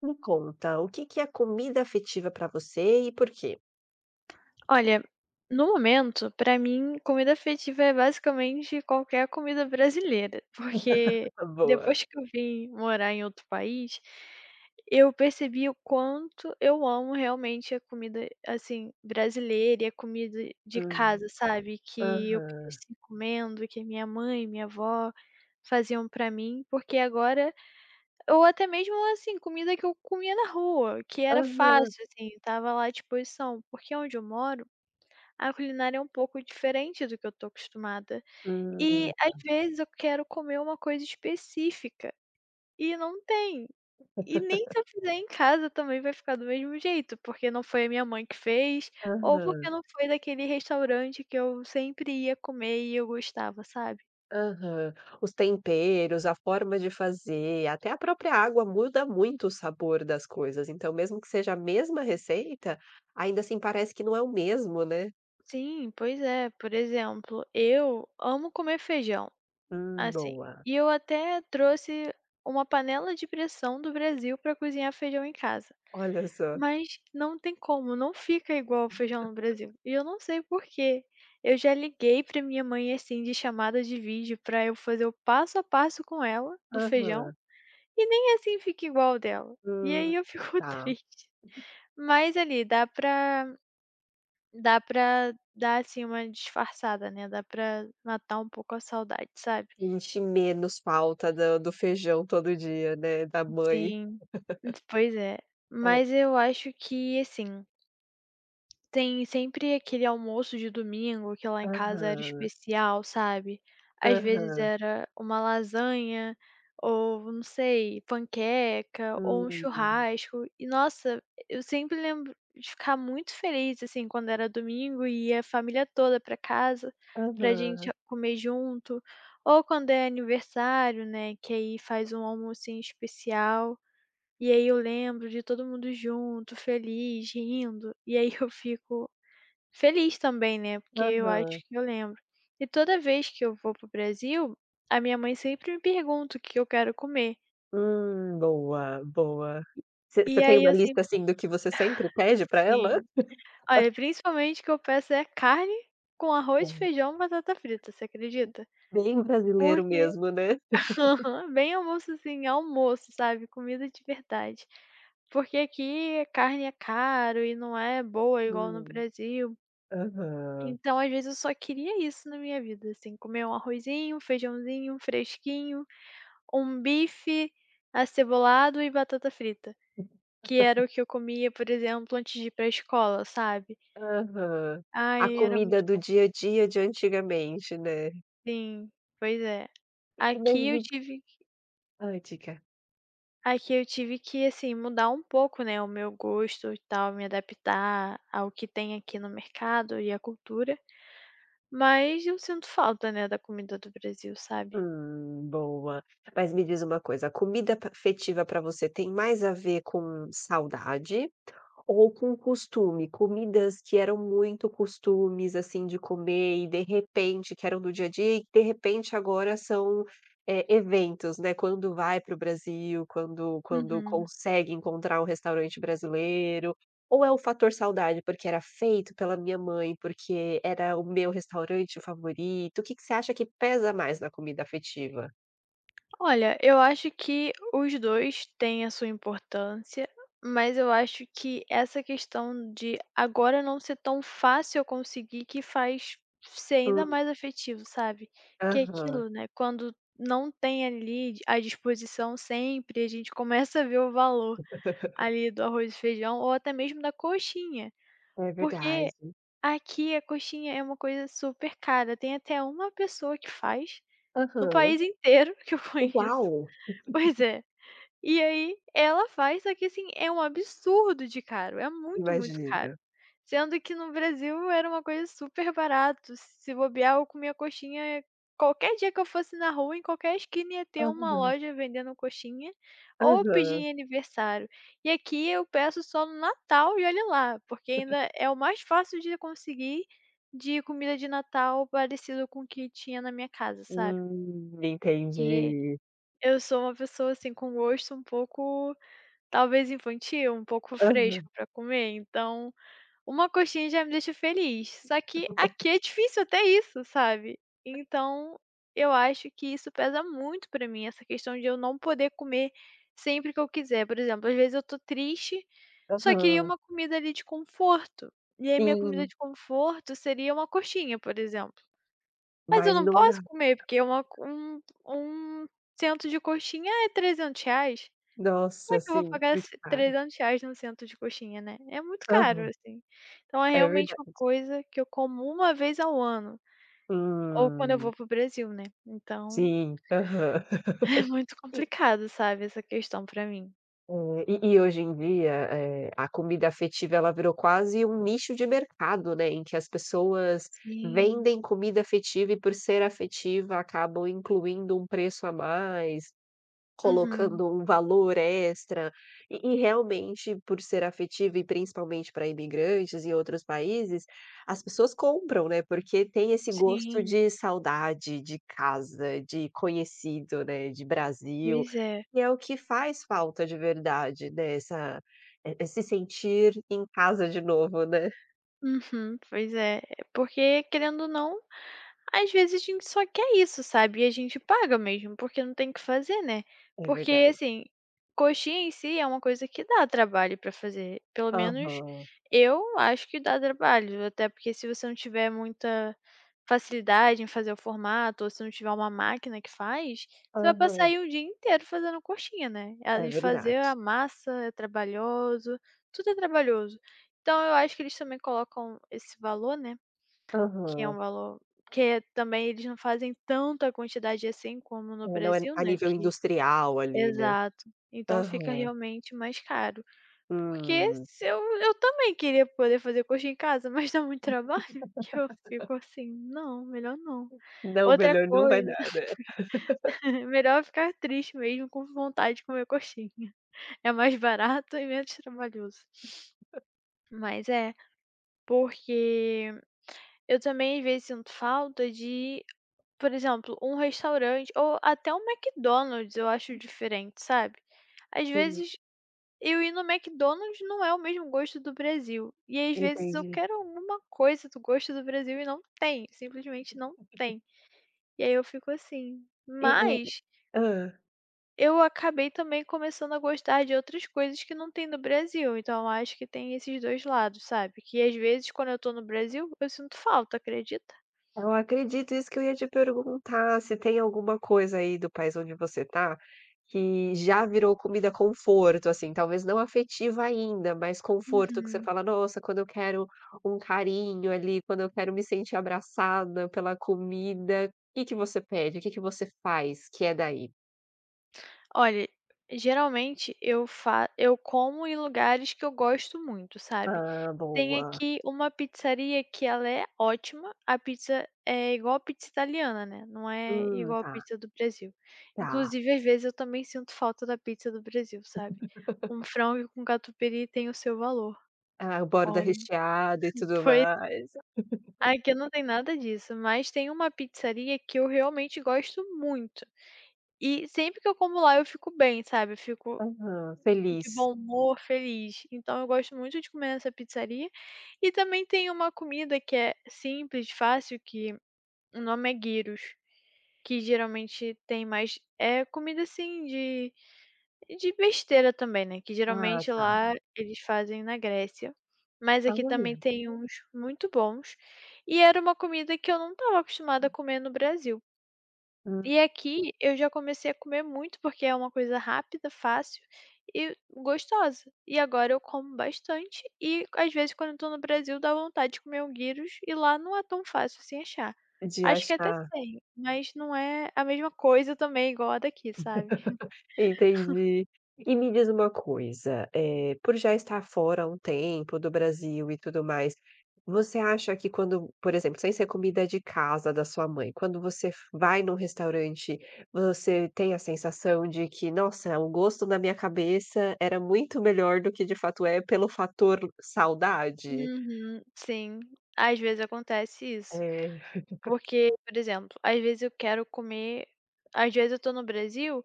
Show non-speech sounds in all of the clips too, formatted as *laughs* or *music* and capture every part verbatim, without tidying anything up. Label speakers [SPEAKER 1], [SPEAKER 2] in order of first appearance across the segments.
[SPEAKER 1] Me conta, o que que é comida afetiva pra você e por quê?
[SPEAKER 2] Olha, no momento, pra mim, comida afetiva é basicamente qualquer comida brasileira, *laughs* porque
[SPEAKER 1] *laughs* Boa.
[SPEAKER 2] depois que eu vim morar em outro país, eu percebi o quanto eu amo realmente a comida, assim, brasileira e a comida de
[SPEAKER 1] Hum.
[SPEAKER 2] casa, sabe, que eu
[SPEAKER 1] Aham.
[SPEAKER 2] cresci comendo, que minha mãe, minha avó faziam pra mim, porque agora ou até mesmo, assim, comida que eu comia na rua, que era
[SPEAKER 1] Aham.
[SPEAKER 2] fácil, assim, tava lá à disposição, porque onde eu moro a culinária é um pouco diferente do que eu tô acostumada. Hum. E,
[SPEAKER 1] Hum.
[SPEAKER 2] às vezes, eu quero comer uma coisa específica e não tem. E nem se eu fizer em casa também vai ficar do mesmo jeito, porque não foi a minha mãe que fez, ou porque
[SPEAKER 1] Aham.
[SPEAKER 2] não foi daquele restaurante que eu sempre ia comer e eu gostava, sabe?
[SPEAKER 1] Aham. Os temperos, a forma de fazer, até a própria água muda muito o sabor das coisas, então mesmo que seja a mesma receita, ainda assim parece que não é o mesmo, né?
[SPEAKER 2] Sim, pois é. Por exemplo, eu amo comer feijão,
[SPEAKER 1] Hum,
[SPEAKER 2] assim,
[SPEAKER 1] boa.
[SPEAKER 2] e eu até trouxe uma panela de pressão do Brasil para cozinhar feijão em casa.
[SPEAKER 1] Olha só.
[SPEAKER 2] Mas não tem como, não fica igual o feijão no Brasil, e eu não sei por quê. Eu já liguei pra minha mãe, assim, de chamada de vídeo pra eu fazer o passo a passo com ela do feijão,
[SPEAKER 1] Aham.
[SPEAKER 2] e nem assim fica igual o dela. E aí
[SPEAKER 1] Hum,
[SPEAKER 2] eu fico *laughs*
[SPEAKER 1] tá.
[SPEAKER 2] triste. Mas ali dá pra dá pra dar, assim, uma disfarçada, né, dá pra matar um pouco a saudade, sabe.
[SPEAKER 1] Sente menos falta do do feijão todo dia, né, da mãe.
[SPEAKER 2] Sim. Pois é. Mas eu acho que, assim, tem sempre aquele almoço de domingo que lá em casa era
[SPEAKER 1] Aham,
[SPEAKER 2] especial, sabe. Às vezes
[SPEAKER 1] aham,
[SPEAKER 2] era uma lasanha ou, não sei, panqueca ou um
[SPEAKER 1] hum,
[SPEAKER 2] churrasco e, nossa, eu sempre lembro de ficar muito feliz, assim, quando era domingo e ia a família toda pra casa pra gente
[SPEAKER 1] aham,
[SPEAKER 2] comer junto, ou quando é aniversário, né, que aí faz um almocinho especial, e aí eu lembro de todo mundo junto, feliz, rindo, e aí eu fico feliz também, né, porque eu acho
[SPEAKER 1] aham,
[SPEAKER 2] que eu lembro. E toda vez que eu vou pro Brasil, a minha mãe sempre me pergunta o que eu quero comer.
[SPEAKER 1] hum, boa, boa. Você
[SPEAKER 2] E
[SPEAKER 1] você tem
[SPEAKER 2] aí
[SPEAKER 1] uma
[SPEAKER 2] eu
[SPEAKER 1] lista,
[SPEAKER 2] sempre
[SPEAKER 1] assim, do que você sempre pede pra ela?
[SPEAKER 2] Sim. Olha, principalmente o que eu peço é carne com arroz,
[SPEAKER 1] Hum,
[SPEAKER 2] feijão, batata frita, você acredita?
[SPEAKER 1] bem brasileiro
[SPEAKER 2] Porque
[SPEAKER 1] mesmo, né?
[SPEAKER 2] *laughs* bem almoço, assim, almoço, sabe, comida de verdade. Porque aqui carne é caro e não é boa igual no
[SPEAKER 1] Hum,
[SPEAKER 2] Brasil.
[SPEAKER 1] aham,
[SPEAKER 2] Então, às vezes, eu só queria isso na minha vida, assim, comer um arrozinho, um feijãozinho um fresquinho, um bife acebolado e batata frita, que era o que eu comia, por exemplo, antes de ir pra escola, sabe.
[SPEAKER 1] aham. A
[SPEAKER 2] Ai, era
[SPEAKER 1] comida
[SPEAKER 2] muito
[SPEAKER 1] do dia a dia de antigamente, né? E
[SPEAKER 2] Sim, pois é.
[SPEAKER 1] e mas
[SPEAKER 2] Aqui eu
[SPEAKER 1] me
[SPEAKER 2] tive
[SPEAKER 1] Hã, diga.
[SPEAKER 2] aqui eu tive que, assim, mudar um pouco, né, o meu gosto e tal, me adaptar ao que tem aqui no mercado e à cultura, mas eu sinto falta, né, da comida do Brasil, sabe.
[SPEAKER 1] Hum, boa. Mas me diz uma coisa, a comida pa afetiva pra você tem mais a ver com saudade, ou com costume, comidas que eram muito costumes, assim, de comer e de repente que eram do dia a dia e de repente agora são, eh, eventos, né, quando vai para o Brasil, quando quando
[SPEAKER 2] Uhum.
[SPEAKER 1] consegue encontrar um restaurante brasileiro, ou é o fator saudade, porque era feito pela minha mãe, porque era o meu restaurante favorito, o que que você acha que pesa mais na comida afetiva?
[SPEAKER 2] Olha, eu acho que os dois têm a sua importância, mas eu acho que essa questão de agora não ser tão fácil eu conseguir que faz ser ainda
[SPEAKER 1] Hum,
[SPEAKER 2] mais afetivo, sabe. Que é
[SPEAKER 1] aham.
[SPEAKER 2] aquilo, né, quando não tem ali à disposição sempre, a gente começa a ver o valor ali do arroz e feijão ou até mesmo da coxinha,
[SPEAKER 1] É verdade.
[SPEAKER 2] porque aqui a coxinha é uma coisa super cara, tem até uma pessoa que faz, no
[SPEAKER 1] Aham.
[SPEAKER 2] país inteiro *laughs* que eu conheço.
[SPEAKER 1] Uau,
[SPEAKER 2] Pois é. E aí ela faz, só que assim, é um absurdo de caro, é muito, muito
[SPEAKER 1] imagino.
[SPEAKER 2] caro. Sendo que no Brasil era uma coisa super barato, se bobear eu comia coxinha qualquer dia que eu fosse na rua, em qualquer esquina ia ter uma
[SPEAKER 1] Aham,
[SPEAKER 2] loja vendendo coxinha, ou eu pedia
[SPEAKER 1] aham.
[SPEAKER 2] em aniversário. E aqui eu peço só no Natal e olha lá, porque ainda é o mais fácil de conseguir de comida de Natal parecido com o que tinha na minha casa, sabe.
[SPEAKER 1] Hum,
[SPEAKER 2] Porque
[SPEAKER 1] entendi.
[SPEAKER 2] eu sou uma pessoa, assim, com gosto um pouco, talvez infantil, um pouco
[SPEAKER 1] Aham,
[SPEAKER 2] fresco pra comer, então uma coxinha já me deixa feliz. Só que aqui é difícil até isso, sabe. Então eu acho que isso pesa muito pra mim, essa questão de eu não poder comer sempre que eu quiser. Por exemplo, às vezes eu tô triste, só queria
[SPEAKER 1] aham.
[SPEAKER 2] uma comida ali de conforto, e aí minha comida
[SPEAKER 1] Sim,
[SPEAKER 2] de conforto seria uma coxinha, por exemplo. Mas eu
[SPEAKER 1] mas
[SPEAKER 2] não
[SPEAKER 1] não dá.
[SPEAKER 2] posso comer, porque uma co- um um cento de coxinha é R trezentos reais. Como é
[SPEAKER 1] Nossa,
[SPEAKER 2] que eu vou
[SPEAKER 1] sim,
[SPEAKER 2] pagar
[SPEAKER 1] muito
[SPEAKER 2] esse
[SPEAKER 1] caro.
[SPEAKER 2] R trezentos reais num centro de coxinha, né? É muito caro,
[SPEAKER 1] Aham,
[SPEAKER 2] assim. Então é
[SPEAKER 1] é
[SPEAKER 2] realmente uma
[SPEAKER 1] verdade.
[SPEAKER 2] coisa que eu como uma vez ao ano, ou quando eu
[SPEAKER 1] Hum,
[SPEAKER 2] vou para o Brasil, né. Então
[SPEAKER 1] sim, aham.
[SPEAKER 2] *laughs* é muito
[SPEAKER 1] *laughs*
[SPEAKER 2] complicado, sabe, essa questão pra mim.
[SPEAKER 1] Eh, e e hoje em dia, eh, a comida afetiva ela virou quase um nicho de mercado, né, em que as pessoas
[SPEAKER 2] Sim.
[SPEAKER 1] vendem comida afetiva e por ser afetiva acabam incluindo um preço a mais.
[SPEAKER 2] Uhum.
[SPEAKER 1] Colocando um valor extra, e e realmente por ser afetiva e principalmente para imigrantes e outros países, as pessoas compram, né, porque tem esse gosto
[SPEAKER 2] Sim,
[SPEAKER 1] de saudade, de casa, de conhecido, né, de Brasil,
[SPEAKER 2] pois é.
[SPEAKER 1] e é o que faz falta de verdade, né, essa, eh eh, se sentir em casa de novo, né.
[SPEAKER 2] Uhum, pois é. Porque, querendo ou não, às vezes a gente só quer isso, sabe? E a gente paga mesmo, porque não tem o que fazer, né?
[SPEAKER 1] É
[SPEAKER 2] Porque,
[SPEAKER 1] verdade.
[SPEAKER 2] assim, coxinha em si é uma coisa que dá trabalho pra fazer. Pelo menos
[SPEAKER 1] Aham,
[SPEAKER 2] eu acho que dá trabalho. Até porque se você não tiver muita facilidade em fazer o formato, ou se não tiver uma máquina que faz, você vai passar
[SPEAKER 1] aham,
[SPEAKER 2] aí o dia inteiro fazendo coxinha, né? A-
[SPEAKER 1] é
[SPEAKER 2] E fazer a
[SPEAKER 1] verdade.
[SPEAKER 2] massa é trabalhoso, tudo é trabalhoso. Então eu acho que eles também colocam esse valor, né, que é um
[SPEAKER 1] Aham.
[SPEAKER 2] valor porque também eles não fazem tanta quantidade assim como no
[SPEAKER 1] É, não é
[SPEAKER 2] Brasil,
[SPEAKER 1] a
[SPEAKER 2] né,
[SPEAKER 1] nível
[SPEAKER 2] que
[SPEAKER 1] industrial ali, né.
[SPEAKER 2] exato. Então fica
[SPEAKER 1] Aham.
[SPEAKER 2] realmente mais caro. Porque
[SPEAKER 1] Hum.
[SPEAKER 2] se eu eu também queria poder fazer coxa em casa, *laughs* mas dá muito trabalho, *laughs* que eu fico assim: "Não, melhor não".
[SPEAKER 1] Não,
[SPEAKER 2] Outra
[SPEAKER 1] melhor não vai
[SPEAKER 2] coisa,
[SPEAKER 1] dar, né.
[SPEAKER 2] *laughs* melhor ficar triste mesmo com vontade de comer coxinha. É mais barato e menos trabalhoso. Mas é, porque eu também às vezes sinto falta de, por exemplo, um restaurante ou até um McDonald's eu acho diferente, sabe. Às
[SPEAKER 1] Entendi,
[SPEAKER 2] vezes eu ir no McDonald's não é o mesmo gosto do Brasil, e às vezes eu
[SPEAKER 1] entendi.
[SPEAKER 2] quero alguma coisa do gosto do Brasil e não tem, simplesmente não tem. E aí eu fico assim,
[SPEAKER 1] E e
[SPEAKER 2] mas
[SPEAKER 1] hã.
[SPEAKER 2] eu acabei também começando a gostar de outras coisas que não tem no Brasil, então eu acho que tem esses dois lados, sabe, que às vezes quando eu estou no Brasil eu sinto falta, acredita?
[SPEAKER 1] Eu acredito, isso que eu ia te perguntar, se tem alguma coisa aí do país onde você tá, que já virou comida conforto, assim, talvez não afetiva ainda, mas conforto que você
[SPEAKER 2] Uhum.
[SPEAKER 1] fala: "Nossa, quando eu quero um carinho ali, quando eu quero me sentir abraçada pela comida", que que você pede? O que que você faz que é daí?
[SPEAKER 2] Olha, geralmente eu fa eu como em lugares que eu gosto muito, sabe.
[SPEAKER 1] Ah,
[SPEAKER 2] Tem
[SPEAKER 1] boa.
[SPEAKER 2] aqui uma pizzaria que ela é ótima, a pizza é igual a pizza italiana, né, não é
[SPEAKER 1] Hum,
[SPEAKER 2] igual a
[SPEAKER 1] tá,
[SPEAKER 2] pizza do Brasil.
[SPEAKER 1] tá.
[SPEAKER 2] Inclusive, às vezes, eu também sinto falta da pizza do Brasil, sabe. Um frango com catupiry tem o seu valor.
[SPEAKER 1] Ah, o borda
[SPEAKER 2] Olha,
[SPEAKER 1] recheada e
[SPEAKER 2] *laughs*
[SPEAKER 1] tudo
[SPEAKER 2] pois
[SPEAKER 1] mais.
[SPEAKER 2] aqui não tem nada disso, mas tem uma pizzaria que eu realmente gosto muito, e sempre que eu como lá eu fico bem, sabe, eu fico
[SPEAKER 1] Aham,
[SPEAKER 2] de
[SPEAKER 1] feliz.
[SPEAKER 2] bom humor, feliz. Então eu gosto muito de comer nessa pizzaria. E também tem uma comida que é simples, fácil, que o nome é gyros, que geralmente tem mais é comida assim de de besteira também, né, que
[SPEAKER 1] Ah,
[SPEAKER 2] geralmente
[SPEAKER 1] tá.
[SPEAKER 2] lá, uhum, eles fazem na Grécia. Mas
[SPEAKER 1] Ah,
[SPEAKER 2] aqui também
[SPEAKER 1] olha,
[SPEAKER 2] tem uns muito bons, e era uma comida que eu não estava acostumada a comer no Brasil.
[SPEAKER 1] hum,
[SPEAKER 2] E aqui eu já comecei a comer muito, porque é uma coisa rápida, fácil e gostosa. E agora eu como bastante e às vezes quando eu tô no Brasil dá vontade de comer um gyros e lá não é tão fácil assim achar.
[SPEAKER 1] de
[SPEAKER 2] Acho que até
[SPEAKER 1] achar,
[SPEAKER 2] tem, mas não é a mesma coisa também igual a daqui, sabe.
[SPEAKER 1] entendi. E me diz uma coisa, eh, por já estar fora há um tempo do Brasil e tudo mais, você acha que quando, por exemplo, sem ser comida de casa da sua mãe, quando você f vai num restaurante, você tem a sensação de que: "Nossa, o gosto na minha cabeça era muito melhor do que de fato é", pelo fator saudade?
[SPEAKER 2] Uhum, sim, às vezes acontece isso.
[SPEAKER 1] Eh
[SPEAKER 2] Porque, por exemplo, às vezes eu quero comer às vezes eu tô no Brasil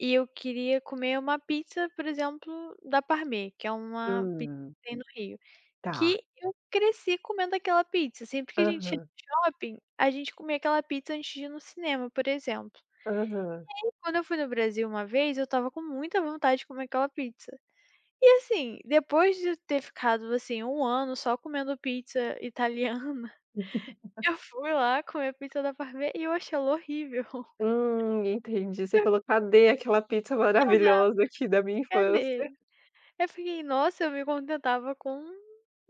[SPEAKER 2] e eu queria comer uma pizza, por exemplo, da Parme, que é uma pizza
[SPEAKER 1] Hum,
[SPEAKER 2] que tem no Rio,
[SPEAKER 1] tá.
[SPEAKER 2] que eu cresci comendo aquela pizza, sempre que a gente ia
[SPEAKER 1] Aham,
[SPEAKER 2] no shopping, a gente comia aquela pizza antes de ir no cinema, por exemplo.
[SPEAKER 1] aham.
[SPEAKER 2] Quando eu fui no Brasil uma vez, eu estava com muita vontade de comer aquela pizza. E assim, depois de eu ter ficado, assim, um ano só comendo pizza italiana, *laughs* eu fui lá comer pizza da Parme e eu achei ela horrível.
[SPEAKER 1] Hum, entendi. Você
[SPEAKER 2] *laughs*
[SPEAKER 1] falou: "Cadê aquela pizza
[SPEAKER 2] Eu fiquei já:
[SPEAKER 1] maravilhosa aqui da minha
[SPEAKER 2] "Cadê?"
[SPEAKER 1] infância?"
[SPEAKER 2] Eu fiquei: "Nossa, eu me contentava com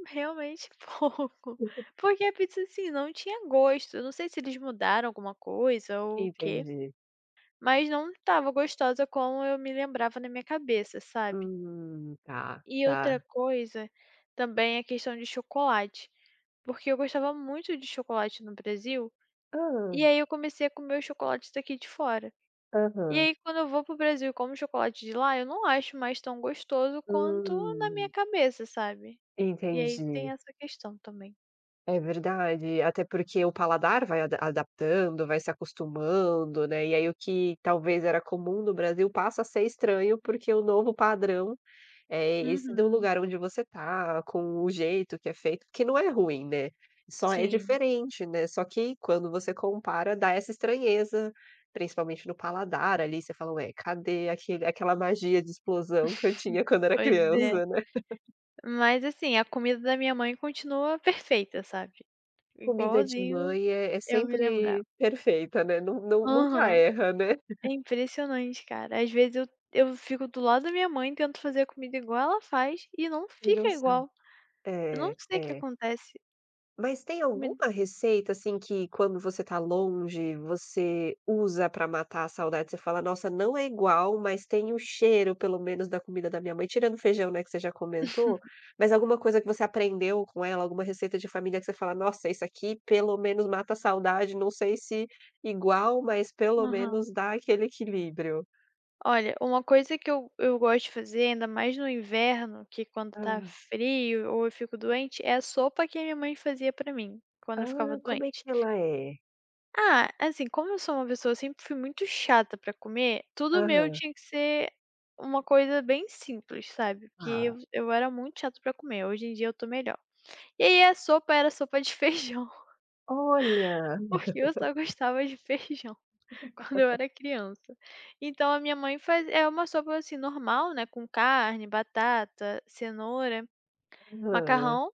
[SPEAKER 2] realmente *laughs* pouco",
[SPEAKER 1] *laughs*
[SPEAKER 2] porque a pizza, assim, não tinha gosto. Eu não sei se eles mudaram alguma coisa ou o quê,
[SPEAKER 1] Entendi.
[SPEAKER 2] mas não estava gostosa como eu me lembrava na minha cabeça, sabe.
[SPEAKER 1] Hum, tá,
[SPEAKER 2] E
[SPEAKER 1] tá.
[SPEAKER 2] outra coisa também é a questão de chocolate, porque eu gostava muito de chocolate no Brasil,
[SPEAKER 1] Hã,
[SPEAKER 2] e aí eu comecei a comer os chocolates daqui de fora. E
[SPEAKER 1] aham.
[SPEAKER 2] aí quando eu vou para o Brasil e como chocolate de lá, eu não acho mais tão gostoso quanto na minha
[SPEAKER 1] Hum,
[SPEAKER 2] cabeça, sabe. E aí tem
[SPEAKER 1] entendi.
[SPEAKER 2] essa questão também.
[SPEAKER 1] É verdade, até porque o paladar vai ada adaptando, vai se acostumando, né, e aí o que talvez era comum no Brasil passa a ser estranho, porque o novo padrão é esse do
[SPEAKER 2] Uhum.
[SPEAKER 1] lugar onde você tá, com o jeito que é feito, que não é ruim, né, só é
[SPEAKER 2] Sim.
[SPEAKER 1] diferente, né, só que quando você compara dá essa estranheza, principalmente no paladar ali, você fala: "Ué, cadê aquele aquela magia de explosão que eu tinha quando era
[SPEAKER 2] Pois é.
[SPEAKER 1] criança, né?".
[SPEAKER 2] Mas assim, a comida da minha mãe continua perfeita, sabe.
[SPEAKER 1] Comida de
[SPEAKER 2] Igualzinho
[SPEAKER 1] mãe é é
[SPEAKER 2] eu me
[SPEAKER 1] sempre
[SPEAKER 2] lembrava.
[SPEAKER 1] perfeita, né, não não nunca
[SPEAKER 2] Aham.
[SPEAKER 1] erra, né.
[SPEAKER 2] É impressionante, cara. Às vezes eu eu fico do lado da minha mãe, tento fazer a comida igual ela faz e não
[SPEAKER 1] E
[SPEAKER 2] fica
[SPEAKER 1] não sai.
[SPEAKER 2] igual. Eu não
[SPEAKER 1] É,
[SPEAKER 2] sei o que
[SPEAKER 1] é.
[SPEAKER 2] acontece.
[SPEAKER 1] Mas tem
[SPEAKER 2] Comi
[SPEAKER 1] alguma receita, assim, que quando você tá longe, você usa pra matar a saudade? Você fala: "Nossa, não é igual, mas tem o cheiro, pelo menos, da comida da minha mãe", tirando o feijão, né, que você já comentou, mas alguma coisa que você aprendeu com ela, alguma receita de família que você fala: "Nossa, isso aqui pelo menos mata a saudade, não sei se igual, mas pelo
[SPEAKER 2] Aham.
[SPEAKER 1] menos dá aquele equilíbrio"?
[SPEAKER 2] Olha, uma coisa que eu eu gosto de fazer, ainda mais no inverno, que quando tá
[SPEAKER 1] Hã.
[SPEAKER 2] frio ou eu fico doente, é a sopa que a minha mãe fazia pra mim, quando eu ficava
[SPEAKER 1] Ah, como é
[SPEAKER 2] doente.
[SPEAKER 1] que ela é?
[SPEAKER 2] Ah, assim, como eu sou uma pessoa eu sempre fui muito chata pra comer, tudo meu
[SPEAKER 1] Aham.
[SPEAKER 2] tinha que ser uma coisa bem simples, sabe, porque eu
[SPEAKER 1] Ah,
[SPEAKER 2] eu era muito chata pra comer, hoje em dia eu tô melhor. E aí a sopa era sopa de *laughs* feijão,
[SPEAKER 1] olha!
[SPEAKER 2] porque eu só gostava de feijão *laughs* quando eu era criança. Então a minha mãe faz é uma sopa, assim, normal, né, com carne, batata, cenoura,
[SPEAKER 1] Hum. Aham,
[SPEAKER 2] macarrão,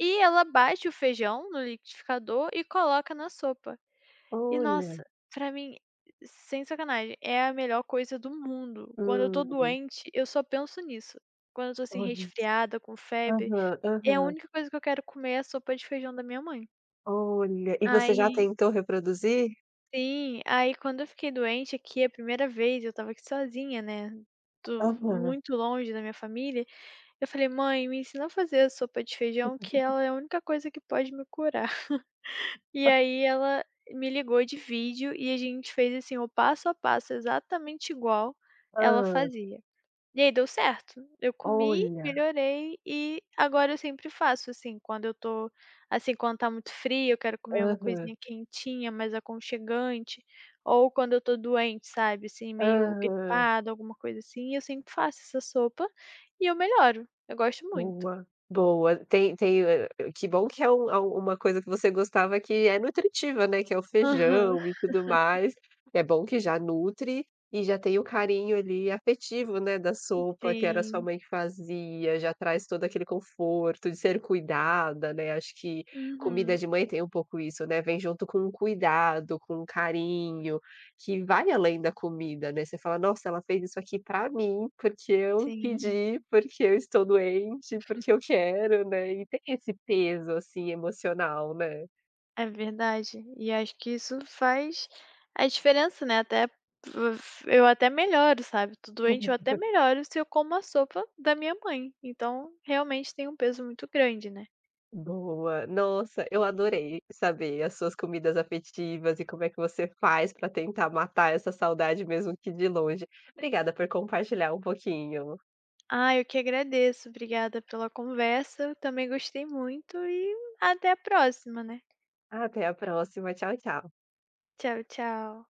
[SPEAKER 2] e ela bate o feijão no liquidificador e coloca na sopa. E
[SPEAKER 1] olha.
[SPEAKER 2] nossa, pra mim, sem sacanagem, é a melhor coisa do mundo. Quando eu tô
[SPEAKER 1] Hum.
[SPEAKER 2] doente, eu só penso nisso. Quando eu tô assim
[SPEAKER 1] Olha s
[SPEAKER 2] resfriada, com febre,
[SPEAKER 1] Aham,
[SPEAKER 2] é a
[SPEAKER 1] aham.
[SPEAKER 2] única coisa que eu quero comer é a sopa de feijão da minha mãe.
[SPEAKER 1] Olha, e você já
[SPEAKER 2] Aí
[SPEAKER 1] tentou reproduzir?
[SPEAKER 2] sim, aí quando eu fiquei doente aqui a primeira vez, eu estava aqui sozinha, né, tô
[SPEAKER 1] Aham.
[SPEAKER 2] muito longe da minha família, eu falei: "Mãe, me ensina a fazer a sopa de feijão que ela é a única coisa que pode me curar". E aí ela me ligou de vídeo e a gente fez, assim, o passo a passo exatamente igual ela
[SPEAKER 1] Hã.
[SPEAKER 2] fazia. E aí deu certo. Eu comi,
[SPEAKER 1] Olha.
[SPEAKER 2] melhorei e agora eu sempre faço, assim, quando eu tô assim, quando tá muito frio, eu quero comer uma
[SPEAKER 1] Aham,
[SPEAKER 2] coisinha quentinha, mais aconchegante, ou quando eu tô doente, sabe, assim, meio
[SPEAKER 1] aham.
[SPEAKER 2] gripada, alguma coisa assim, eu sempre faço essa sopa e eu melhoro. Eu gosto muito.
[SPEAKER 1] Boa, boa. Tem tem eh, eh, que bom que é um, é um, uma coisa que você gostava que é nutritiva, né, que é o
[SPEAKER 2] Aham.
[SPEAKER 1] feijão e tudo mais. É bom que já nutre e já tem o carinho ali afetivo, né, da sopa que era sua
[SPEAKER 2] Sim.
[SPEAKER 1] mãe que fazia, já traz todo aquele conforto de ser cuidada, né, acho que comida
[SPEAKER 2] Uhum.
[SPEAKER 1] de mãe tem um pouco isso, né, vem junto com um cuidado, com um carinho que vai além da comida, né, você fala: "Nossa, ela fez isso aqui pra mim, porque eu
[SPEAKER 2] Sim.
[SPEAKER 1] pedi, porque eu estou doente, porque eu quero", né, e tem esse peso, assim, emocional, né.
[SPEAKER 2] É verdade. E acho que isso faz a diferença, né, até f eu até melhoro, sabe, tô doente, eu até melhoro se eu como a sopa da minha mãe, então realmente tem um peso muito grande, né.
[SPEAKER 1] Boa. Nossa, eu adorei saber as suas comidas afetivas e como é que você faz pra tentar matar essa saudade mesmo que de longe. Obrigada por compartilhar um pouquinho.
[SPEAKER 2] Ah, eu que agradeço, obrigada pela conversa, eu também gostei muito e até a próxima, né.
[SPEAKER 1] Até a próxima. Tchau, tchau.
[SPEAKER 2] Tchau, tchau.